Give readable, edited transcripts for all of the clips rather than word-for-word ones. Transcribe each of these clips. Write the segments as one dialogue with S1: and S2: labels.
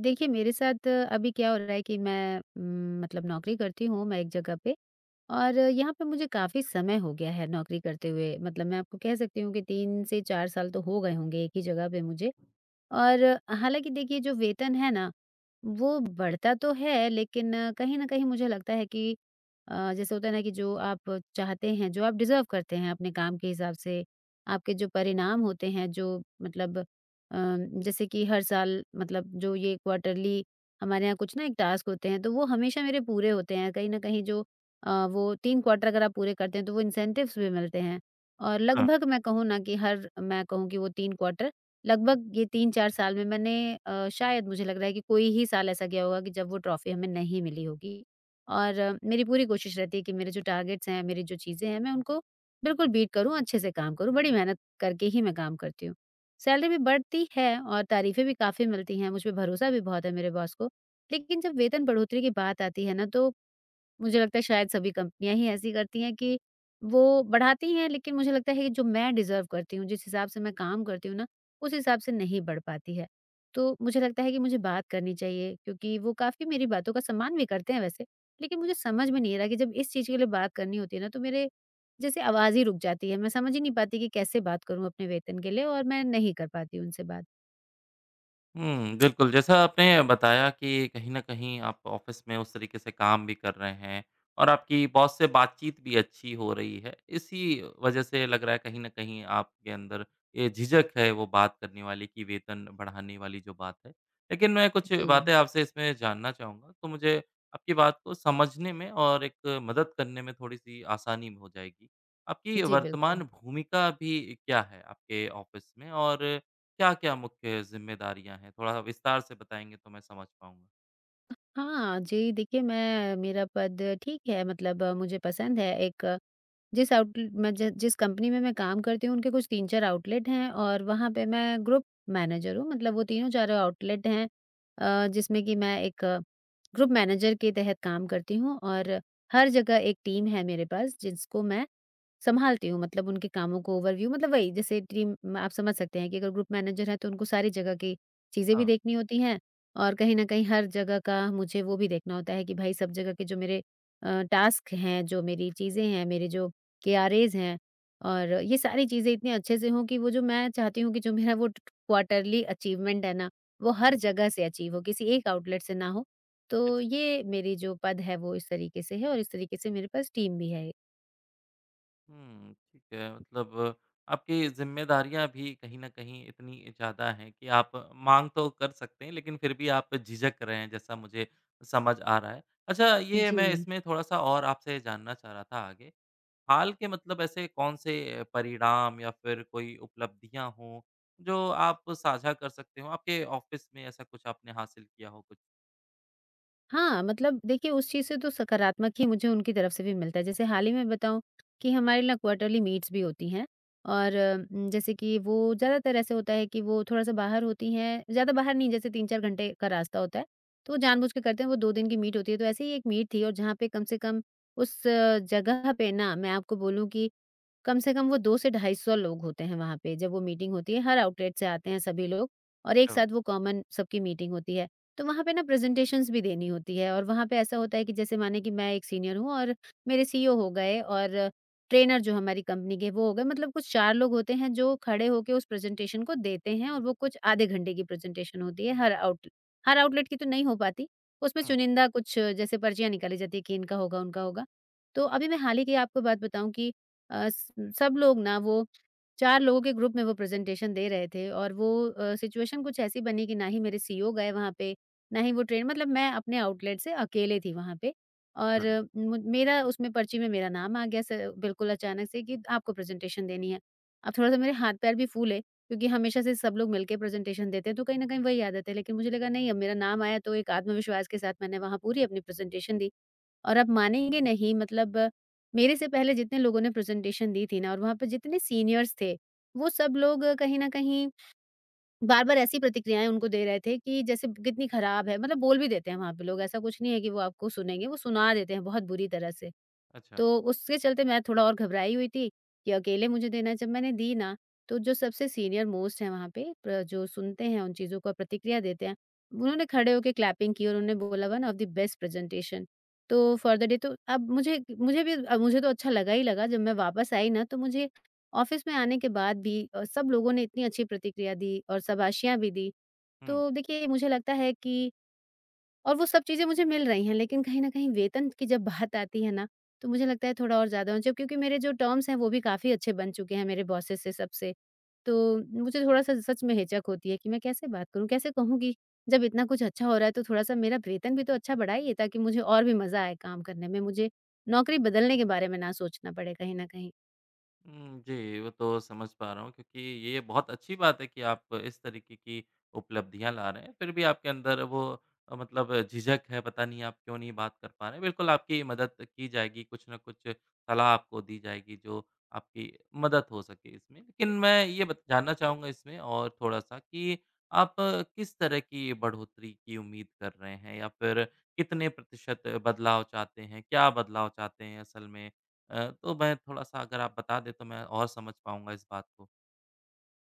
S1: देखिए, मेरे साथ अभी क्या हो रहा है कि मैं मतलब नौकरी करती हूँ मैं एक जगह पे। और यहाँ पे मुझे काफ़ी समय हो गया है नौकरी करते हुए। मतलब मैं आपको कह सकती हूँ कि 3 से 4 साल तो हो गए होंगे एक ही जगह पे मुझे। और हालाँकि देखिए जो वेतन है ना, वो बढ़ता तो है लेकिन कहीं न कहीं मुझे लगता है कि जैसे होता है ना कि जो आप चाहते हैं, जो आप डिज़र्व करते हैं अपने काम के हिसाब से, आपके जो परिणाम होते हैं जो मतलब जैसे कि हर साल मतलब जो ये क्वार्टरली हमारे यहाँ कुछ ना एक टास्क होते हैं, तो वो हमेशा मेरे पूरे होते हैं। कहीं न कहीं जो वो 3 क्वार्टर अगर आप पूरे करते हैं तो वो इंसेंटिव्स भी मिलते हैं। और
S2: हाँ।
S1: लगभग मैं कहूँ कि वो 3 क्वार्टर लगभग ये 3-4 साल में मैंने शायद मुझे लग रहा है कि कोई ही साल ऐसा गया होगा कि जब वो ट्रॉफ़ी हमें नहीं मिली होगी। और मेरी पूरी कोशिश रहती है कि मेरे जो टारगेट्स हैं, मेरी जो चीज़ें हैं, मैं उनको बिल्कुल बीट करूँ, अच्छे से काम करूँ, बड़ी मेहनत करके ही मैं काम करती हूँ। सैलरी भी बढ़ती है और तारीफ़ें भी काफ़ी मिलती हैं, मुझ पे भरोसा भी बहुत है मेरे बॉस को। लेकिन जब वेतन बढ़ोतरी की बात आती है ना तो मुझे लगता है शायद सभी कंपनियाँ ही ऐसी करती हैं कि वो बढ़ाती हैं, लेकिन मुझे लगता है कि जो मैं डिज़र्व करती हूँ, जिस हिसाब से मैं काम करती हूँ ना, उस हिसाब से नहीं बढ़ पाती है। तो मुझे लगता है कि मुझे बात करनी चाहिए क्योंकि वो काफ़ी मेरी बातों का सम्मान भी करते हैं वैसे, लेकिन मुझे समझ में नहीं आ रहा कि जब इस चीज़ के लिए बात करनी होती है ना, तो मेरे जैसे आवाज़ ही रुक जाती है। मैं समझ ही नहीं पाती कि कैसे बात करूँ अपने वेतन के लिए, और मैं नहीं कर पाती उनसे बात।
S2: हुँ, बिल्कुल, जैसा आपने बताया कि कहीं न कहीं आप ऑफ़िस में उस तरीके से काम भी कर रहे हैं और आपकी बॉस से बातचीत भी अच्छी हो रही है। इसी वजह से लग रहा है कहीं न कहीं आपके अंदर ये झिझक है वो बात करने वाली कि वेतन बढ़ाने वाली जो बात है। लेकिन मैं कुछ
S1: जी।
S2: बातें आपसे इसमें जानना चाहूँगा, तो मुझे आपकी बात को समझने में और एक मदद करने में थोड़ी-सी आसानी हो जाएगी। आपकी
S1: जी, बिल्कुल।
S2: वर्तमान भूमिका अभी क्या है आपके ऑफ़िस में? और क्या-क्या मुख्य ज़िम्मेदारियाँ हैं? थोड़ा विस्तार से बताएँगे तो मैं समझ पाऊँगा।
S1: हाँ, जी, देखिए मैं मेरा पद ठीक है, मतलब मुझे पसंद है। एक जिस आउटलेट मैं जि जिस कंपनी में मैं काम करती हूँ उनके कुछ 3-4 आउटलेट हैं और वहाँ पे मैं ग्रुप मैनेजर हूँ, मतलब वो तीनों चारों आउटलेट हैं जिसमें कि मैं एक ग्रुप मैनेजर के तहत काम करती हूँ और हर जगह एक टीम है मेरे पास जिसको मैं संभालती हूँ, मतलब उनके कामों को ओवरव्यू, मतलब वही जैसे टीम। आप समझ सकते हैं कि अगर ग्रुप मैनेजर है तो उनको सारी जगह की चीज़ें भी
S2: हाँ।
S1: देखनी होती हैं। और कहीं न कहीं हर जगह का मुझे वो भी देखना होता है कि भाई सब जगह के जो मेरे टास्क हैं, जो मेरी चीज़ें हैं, मेरे जो केआरएज़ हैं और ये सारी चीज़ें इतनी अच्छे से हों कि वो जो मैं चाहती हूँ कि जो मेरा वो ट क्वार्टरली अचीवमेंट है ना, वो हर जगह से अचीव हो, किसी एक आउटलेट से ना हो। तो
S2: बिल्क
S1: ये मेरी जो पद है वो इस तरीके से है और इस तरीके से मेरे पास टीम भी है।
S2: हुँ, ठीक है मतलब आपकी ज़िम्मेदारियाँ भी कहीं न कहीं इतनी ज़्यादा हैं कि आप माँग तो कर सकते हैं, लेकिन फिर भी आप झिझक रहे हैं, जैसा मुझे समझ आ रहा है। अच्छा, ये
S1: जी।
S2: मैं इसमें थोड़ा-सा और आपसे जानना चाह रहा था आगे, हाल के मतलब ऐसे कौन से परिणाम या फिर कोई उपलब्धियाँ हों, जो आप साझा कर सकते हो? आपके ऑफ़िस में ऐसा कुछ आपने हासिल किया हो कुछ?
S1: हाँ, मतलब देखिए उस चीज़ से तो सकारात्मक ही मुझे उनकी तरफ से भी मिलता है। जैसे हाल ही में बताऊँ कि हमारे ना क्वार्टरली मीट्स भी होती हैं और जैसे कि वो ज़्यादातर ऐसे होता है कि वो थोड़ा-सा बाहर होती हैं, ज़्यादा बाहर नहीं, जैसे 3-4 घंटे का रास्ता होता है, तो वो जानबूझ के करते हैं, वो 2 दिन की मीट होती है। तो ऐसे ही एक मीट थी और जहाँ पे कम से कम उस जगह पे ना मैं आपको बोलूँ कि कम से कम वो 2 से 250 लोग होते हैं वहाँ पे जब वो मीटिंग होती है, हर आउटलेट से आते हैं सभी लोग और एक
S2: ओह!
S1: साथ वो कॉमन सबकी मीटिंग होती है। तो वहाँ पे ना प्रेज़ेंटेशंस भी देनी होती है और वहाँ पे ऐसा होता है कि जैसे माने कि मैं एक सीनियर हूँ और मेरे सीईओ हो गए और ट्रेनर जो हमारी कंपनी के वो हो गए, मतलब कुछ 4 लोग होते हैं जो खड़े होके उस प्रेज़ेंटेशन को देते हैं और वो कुछ आधे घंटे की प्रेज़ेंटेशन होती है। हर आउटलेट की तो नहीं हो पाती। उसमें
S2: हुँ,
S1: चुनिंदा कुछ जैसे पर्चियाँ निकाली जाती है कि इनका होगा, उनका होगा। तो अभी मैं हाल ही की आपको बात बताऊँ कि अ, स सब लोग ना वो 4 लोगों के ग्रुप में वो प्रेज़ेंटेशन दे रहे थे और वो सिचुएशन कुछ ऐसी बनी कि ना ही मेरे सीईओ गए वहाँ पे, नहीं वो ट्रेन मतलब मैं अपने आउटलेट से अकेले थी वहाँ पे। और
S2: गुड।
S1: मु मेरा उसमें पर्ची में मेरा नाम आ गया, स बिल्कुल अचानक से कि आपको प्रेज़ेंटेशन देनी है। अब थोड़ा-सा मेरे हाथ-पैर भी फूले क्योंकि हमेशा से सब लोग मिलके प्रेज़ेंटेशन देते हैं तो कहीं न कहीं वही आदत है। लेकिन मुझे लगा नहीं, अब मेरा नाम आया तो एक आत्मविश्वास के साथ मैंने वहाँ पूरी अपनी प्रेज़ेंटेशन दी। और आप मानेंगे नहीं, मतलब मेरे से पहले जितने लोगों ने प्रेज़ेंटेशन दी थी ना और वहाँ पे जितने सीनियर्स थे, वो सब लोग कहीं न कहीं बार-बार ऐसी प्रतिक्रियाएँ उनको दे रहे थे कि जैसे कितनी खराब है, मतलब बोल भी देते हैं वहाँ पे लोग, ऐसा कुछ नहीं है कि वो आपको सुनेंगे, वो सुना देते हैं बहुत बुरी तरह से।
S2: अच्छा।
S1: तो उसके चलते मैं थोड़ा और घबराई हुई थी कि अकेले मुझे देना है। जब मैंने दी ना तो जो सबसे सीनियर मोस्ट हैं वहाँ पे, जो सुनते हैं उन चीज़ों का प्रतिक्रिया देते हैं, उन्होंने खड़े होकर क्लैपिंग की और उन्होंने बोला one of the best presentation तो फॉर द डे। तो अब मुझे तो अच्छा लगा ही लगा। जब मैं वापस आई ना तो मुझे ऑफिस में आने के बाद भी सब लोगों ने इतनी अच्छी प्रतिक्रिया दी और शाबाशियां भी दी।
S2: हुँ।
S1: तो देखिए मुझे लगता है कि और वो सब चीज़ें मुझे मिल रही हैं, लेकिन कहीं न कहीं वेतन की जब बात आती है ना, तो मुझे लगता है थोड़ा और ज़्यादा होना चाहिए क्योंकि मेरे जो टर्म्स हैं, वो भी काफ़ी अच्छे बन चुके हैं मेरे बॉसेस से, सबसे। तो मुझे थोड़ा-सा सच में हिचक होती है कि मैं कैसे बात करूँ, कैसे कहूँ कि जब इतना कुछ अच्छा हो रहा है, तो थोड़ा-सा मेरा वेतन भी तो अच्छा बढ़ाइए ताकि मुझे और भी मज़ा आए काम करने में, मुझे नौकरी बदलने के बारे में ना सोचना पड़े कहीं न कहीं।
S2: हुँ, जी, वो तो समझ पा रहा हूँ क्योंकि ये बहुत अच्छी बात है कि आप इस तरीके की उपलब्धियाँ ला रहे हैं, फिर भी आपके अंदर वो मतलब झिझक है, पता नहीं आप क्यों नहीं बात कर पा रहे हैं। बिल्कुल आपकी मदद की जाएगी, कुछ न कुछ सलाह आपको दी जाएगी जो आपकी मदद हो सके इसमें। लेकिन मैं ये बत जानना चाहूँगा इसमें और थोड़ा-सा कि आप किस तरह की बढ़ोतरी की उम्मीद कर रहे हैं या फिर कितने प्रतिशत बदलाव चाहते हैं? क्या बदलाव चाहते हैं असल में? तो मैं थोड़ा-सा अगर आप बता दें तो मैं और समझ पाऊँगा इस बात को।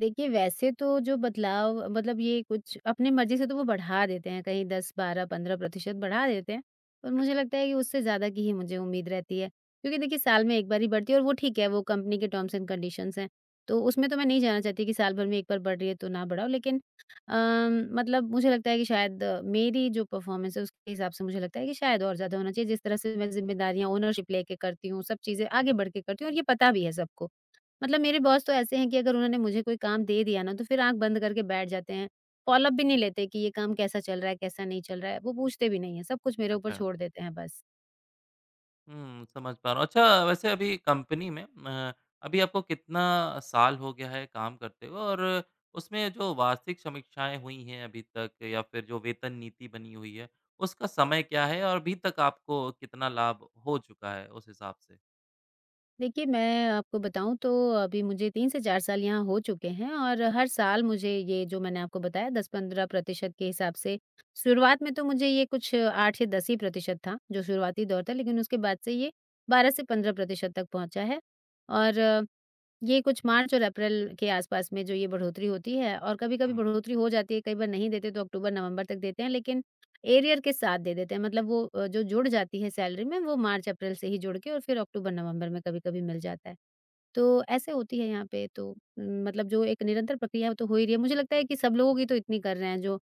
S1: देखिए, वैसे तो जो बदलाव, मतलब ये कुछ अपनी मर्ज़ी से तो वो बढ़ा देते हैं, कहीं 10, 12, 15% बढ़ा देते हैं। पर मुझे
S2: अच्छा,
S1: लगता है कि उससे ज़्यादा की ही मुझे उम्मीद रहती है, क्योंकि देखिए साल में 1 बार ही बढ़ती है और वो ठीक है, वो कंपनी के टर्म्स एंड कंडीशंस हैं। तो उसमें तो मैं नहीं जाना चाहती कि साल भर में 1 बार बढ़ रही है तो ना बढ़ाओ, लेकिन अम, मतलब मुझे लगता है कि शायद मेरी जो परफ़ॉर्मेंस है उसके हिसाब से मुझे लगता है कि शायद और ज़्यादा होना चाहिए। जिस तरह से मैं ज़िम्मेदारियाँ, ओनरशिप लेके करती हूँ, सब चीज़ें आगे बढ़ के करती हूँ और ये पता भी है सबको। मतलब मेरे बॉस तो ऐसे हैं कि अगर उन्होंने मुझे कोई काम दे दिया ना, तो फिर आँख बंद करके बैठ जाते हैं। फ़ॉलो अप भी नहीं लेते कि ये काम कैसा चल रहा है, कैसा नहीं चल रहा है, वो पूछते भी नहीं हैं, सब कुछ मेरे ऊपर
S2: अच्छा।
S1: छोड़ देते हैं बस।
S2: हुँ, समझ पा रहा हूँ। अच्छा, वैसे अभी कंपनी में अभी आपको कितना साल हो गया है काम करते हुए? और उसमें जो वार्षिक समीक्षाएँ हुई हैं अभी तक या फिर जो वेतन नीति बनी हुई है, उसका समय क्या है? और अभी तक आपको कितना लाभ हो चुका है उस हिसाब से?
S1: देखिए, मैं आपको बताऊँ तो अभी मुझे 3 से 4 साल यहाँ हो चुके हैं और हर साल मुझे ये जो मैंने आपको बताया 10-15% के हिसाब से। शुरुआत में तो मुझे ये कुछ 8 या 10 ही प्रतिशत था, जो शुरुआती दौर था, लेकिन उसके बाद से ये 12 से 15% तक पहुँचा है। और ये कुछ मार्च और अप्रैल के आसपास में जो ये बढ़ोतरी होती है और कभी-कभी बढ़ोतरी हो जाती है, कई बार नहीं देते तो अक्टूबर-नवंबर तक देते हैं, लेकिन एरियर के साथ दे देते हैं। मतलब वो जो जुड़ जाती है सैलरी में, वो मार्च-अप्रैल से ही जुड़ के और फिर अक्टूबर-नवंबर में कभी-कभी मिल जाता है। तो ऐसे होती है यहाँ पे, तो मतलब जो एक निरंतर प्रक्रिया है, वो तो हो ही रही है। मुझे लगता है कि सब लोगों की तो इतनी कर रहे हैं जो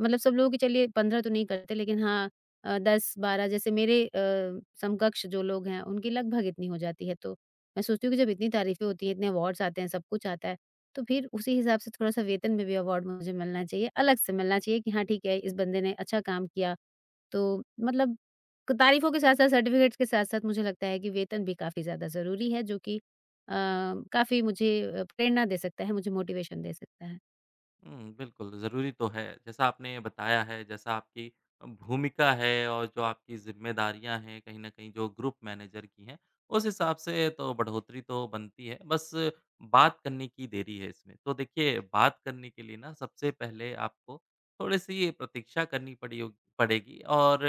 S1: मतलब सब लोगों की, चलिए 15 तो नहीं करते लेकिन हाँ, 10-12 जैसे मेरे समकक्ष जो लोग हैं उनकी लगभग इतनी हो जाती है। तो मैं सोचती हूँ कि जब इतनी तारीफ़ें होती हैं, इतने अवार्ड्स आते हैं, सब कुछ आता है, तो फिर उसी हिसाब से थोड़ा-सा वेतन में भी अवार्ड मुझे मिलना चाहिए, अलग से मिलना चाहिए कि हाँ ठीक है, इस बंदे ने अच्छा काम किया। तो मतलब क तारीफ़ों के साथ-साथ सर्टिफ़िकेट्स के साथ-साथ मुझे लगता है कि वेतन भी काफ़ी ज़्यादा ज़रूरी है जो कि अ, काफ़ी मुझे प्रेरणा दे सकता है, मुझे मोटिवेशन दे सकता है।
S2: हुँ, बिल्कुल, ज़रूरी तो है। जैसा आपने बताया है, जैसा आपकी भूमिका है और जो आपकी ज़िम्मेदारियाँ हैं, कहीं न कहीं जो ग्रुप मैनेजर की हैं, उस हिसाब से तो बढ़ोतरी तो बनती है, बस बात करने की देरी है इसमें। तो देखिए, बात करने के लिए ना सबसे पहले आपको थोड़ी-सी प्रतीक्षा करनी पड़ी होग पड़ेगी और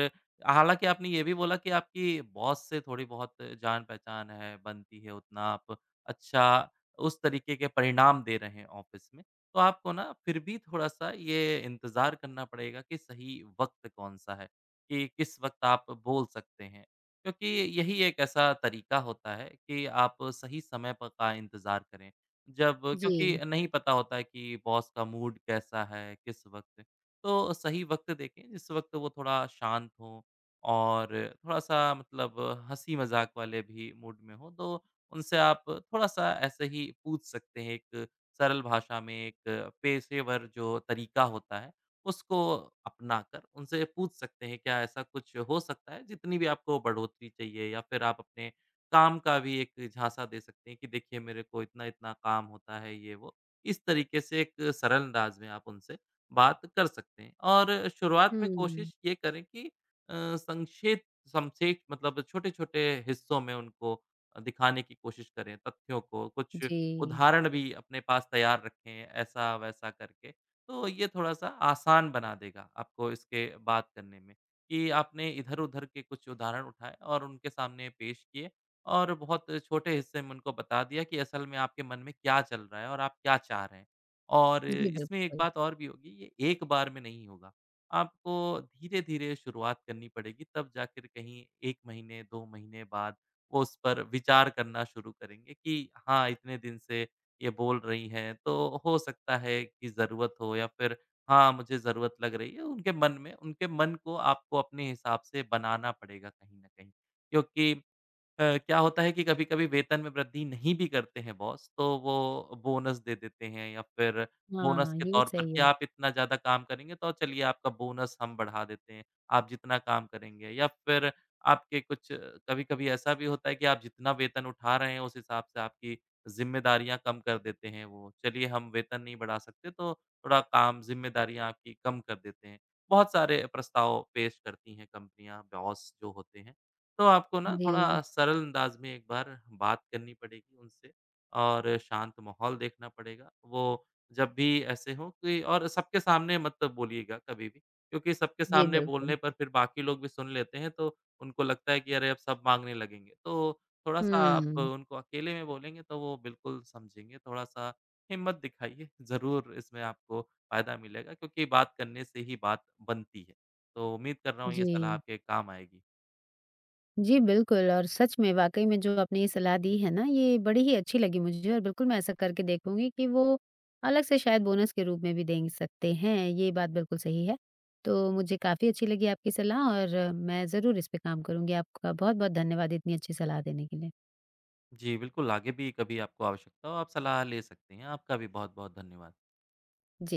S2: हालाँकि आपने ये भी बोला कि आपकी बॉस से थोड़ी बहुत जान-पहचान है, बनती है, उतना आप अच्छा उस तरीके के परिणाम दे रहे हैं ऑफ़िस, तो आपको ना फिर भी थोड़ा-सा ये इंतज़ार करना पड़ेगा कि सही वक़्त कौन-सा है, कि किस वक़्त आप बोल सकते हैं। क्योंकि यही एक ऐसा तरीका होता है कि आप सही समय प का इंतज़ार करें। जब, क्योंकि
S1: जी।
S2: नहीं पता होता है कि बॉस का मूड कैसा है, किस वक़्त। तो सही वक़्त देखें जिस वक़्त वो थोड़ा शांत हों और थोड़ा-सा मतलब हँसी-मज़ाक वाले भी मूड में हों, तो उनसे आप थोड़ा-सा ऐसे ही पूछ सकते हैं, एक सरल भाषा में एक पेशेवर जो तरीका होता है, उसको अपनाकर उनसे पूछ सकते हैं, क्या ऐसा कुछ हो सकता है? जितनी भी आपको बढ़ोतरी चाहिए या फिर आप अपने काम का भी एक झांसा दे सकते हैं कि देखिए मेरे को इतना-इतना काम होता है, ये वो। इस तरीके से एक सरल अंदाज में आप उनसे बात कर सकते हैं और शुरुआत में
S1: हुँ।
S2: कोशिश ये करें कि संक्षेप संक्षेप मतलब छोटे-छोटे हिस्सों में उनको दिखाने की कोशिश करें तथ्यों को, कुछ
S1: जी।
S2: उदाहरण भी अपने पास तैयार रखें, ऐसा-वैसा करके। तो ये थोड़ा-सा आसान बना देगा आपको इसके बात करने में, कि आपने इधर-उधर के कुछ उदाहरण उठाए और उनके सामने पेश किए और बहुत छोटे हिस्से में उनको बता दिया कि असल में आपके मन में क्या चल रहा है और आप क्या चाह रहे हैं। और
S1: जी,
S2: इसमें एक
S1: बिल्कुल।
S2: बात और भी होगी, ये एक बार में नहीं होगा। आपको धीरे-धीरे शुरुआत करनी पड़ेगी, तब जाकर कहीं 1 महीने, 2 महीने बाद वो उस पर विचार करना शुरू करेंगे कि हाँ, इतने दिन से ये बोल रही हैं, तो हो सकता है कि ज़रूरत हो या फिर हाँ, मुझे ज़रूरत लग रही है। उनके मन में उनके मन को आपको अपने हिसाब से बनाना पड़ेगा कहीं न कहीं, क्योंकि क्या होता है कि कभी-कभी वेतन में वृद्धि नहीं भी करते हैं बॉस, तो वो बोनस दे देते हैं या फिर बोनस
S1: हाँ,
S2: के
S1: ये
S2: तौर पर
S1: सही है।
S2: कि आप इतना ज़्यादा काम करेंगे तो चलिए आपका बोनस हम बढ़ा देते हैं, आप जितना काम करेंगे या फिर आपके कुछ कभी-कभी ऐसा भी होता है कि आप जितना वेतन उठा रहे हैं उस हिसाब से आपकी ज़िम्मेदारियाँ कम कर देते हैं वो। चलिए हम वेतन नहीं बढ़ा सकते तो थोड़ा काम ज़िम्मेदारियाँ आपकी कम कर देते हैं। बहुत सारे प्रस्ताव पेश करती हैं कंपनियाँ, बॉस जो होते हैं। तो आपको ना
S1: जी।
S2: थोड़ा सरल अंदाज में एक बार बात करनी पड़ेगी उनसे और शांत माहौल देखना पड़ेगा। वो जब भी ऐसे हो कि, और सबके सामने मत बोलिएगा कभी भी, क्योंकि सबके
S1: जी,
S2: सामने
S1: बिल्कुल।
S2: बोलने पर फिर बाकी लोग भी सुन लेते हैं तो उनको लगता है कि अरे अब सब माँगने लगेंगे। तो थोड़ा-सा आप
S1: हुँ।
S2: उनको अकेले में बोलेंगे तो वो बिल्कुल समझेंगे, थोड़ा-सा हिम्मत दिखाइए, ज़रूर इसमें आपको फ़ायदा मिलेगा क्योंकि बात करने से ही बात बनती है। तो उम्मीद कर रहा हूँ ये सलाह
S1: जी।
S2: आपके काम आएगी।
S1: जी, बिल्कुल, और सच में वाक़ई में जो आपने ये सलाह दी है ना, ये बड़ी ही अच्छी लगी मुझे और बिल्कुल मैं ऐसा करके देखूँगी कि वो अलग से शायद बोनस के रूप में भी दे सकते हैं, ये बात बिल्कुल सही है। तो मुझे काफ़ी अच्छी लगी आपकी सलाह और मैं ज़रूर इस पे काम करूँगी। आपका बहुत-बहुत धन्यवाद इतनी अच्छी सलाह देने के लिए।
S2: जी, बिल्कुल आगे भी कभी आपको आवश्यकता हो आप सलाह ले सकते हैं। आपका भी बहुत-बहुत धन्यवाद।
S1: जी।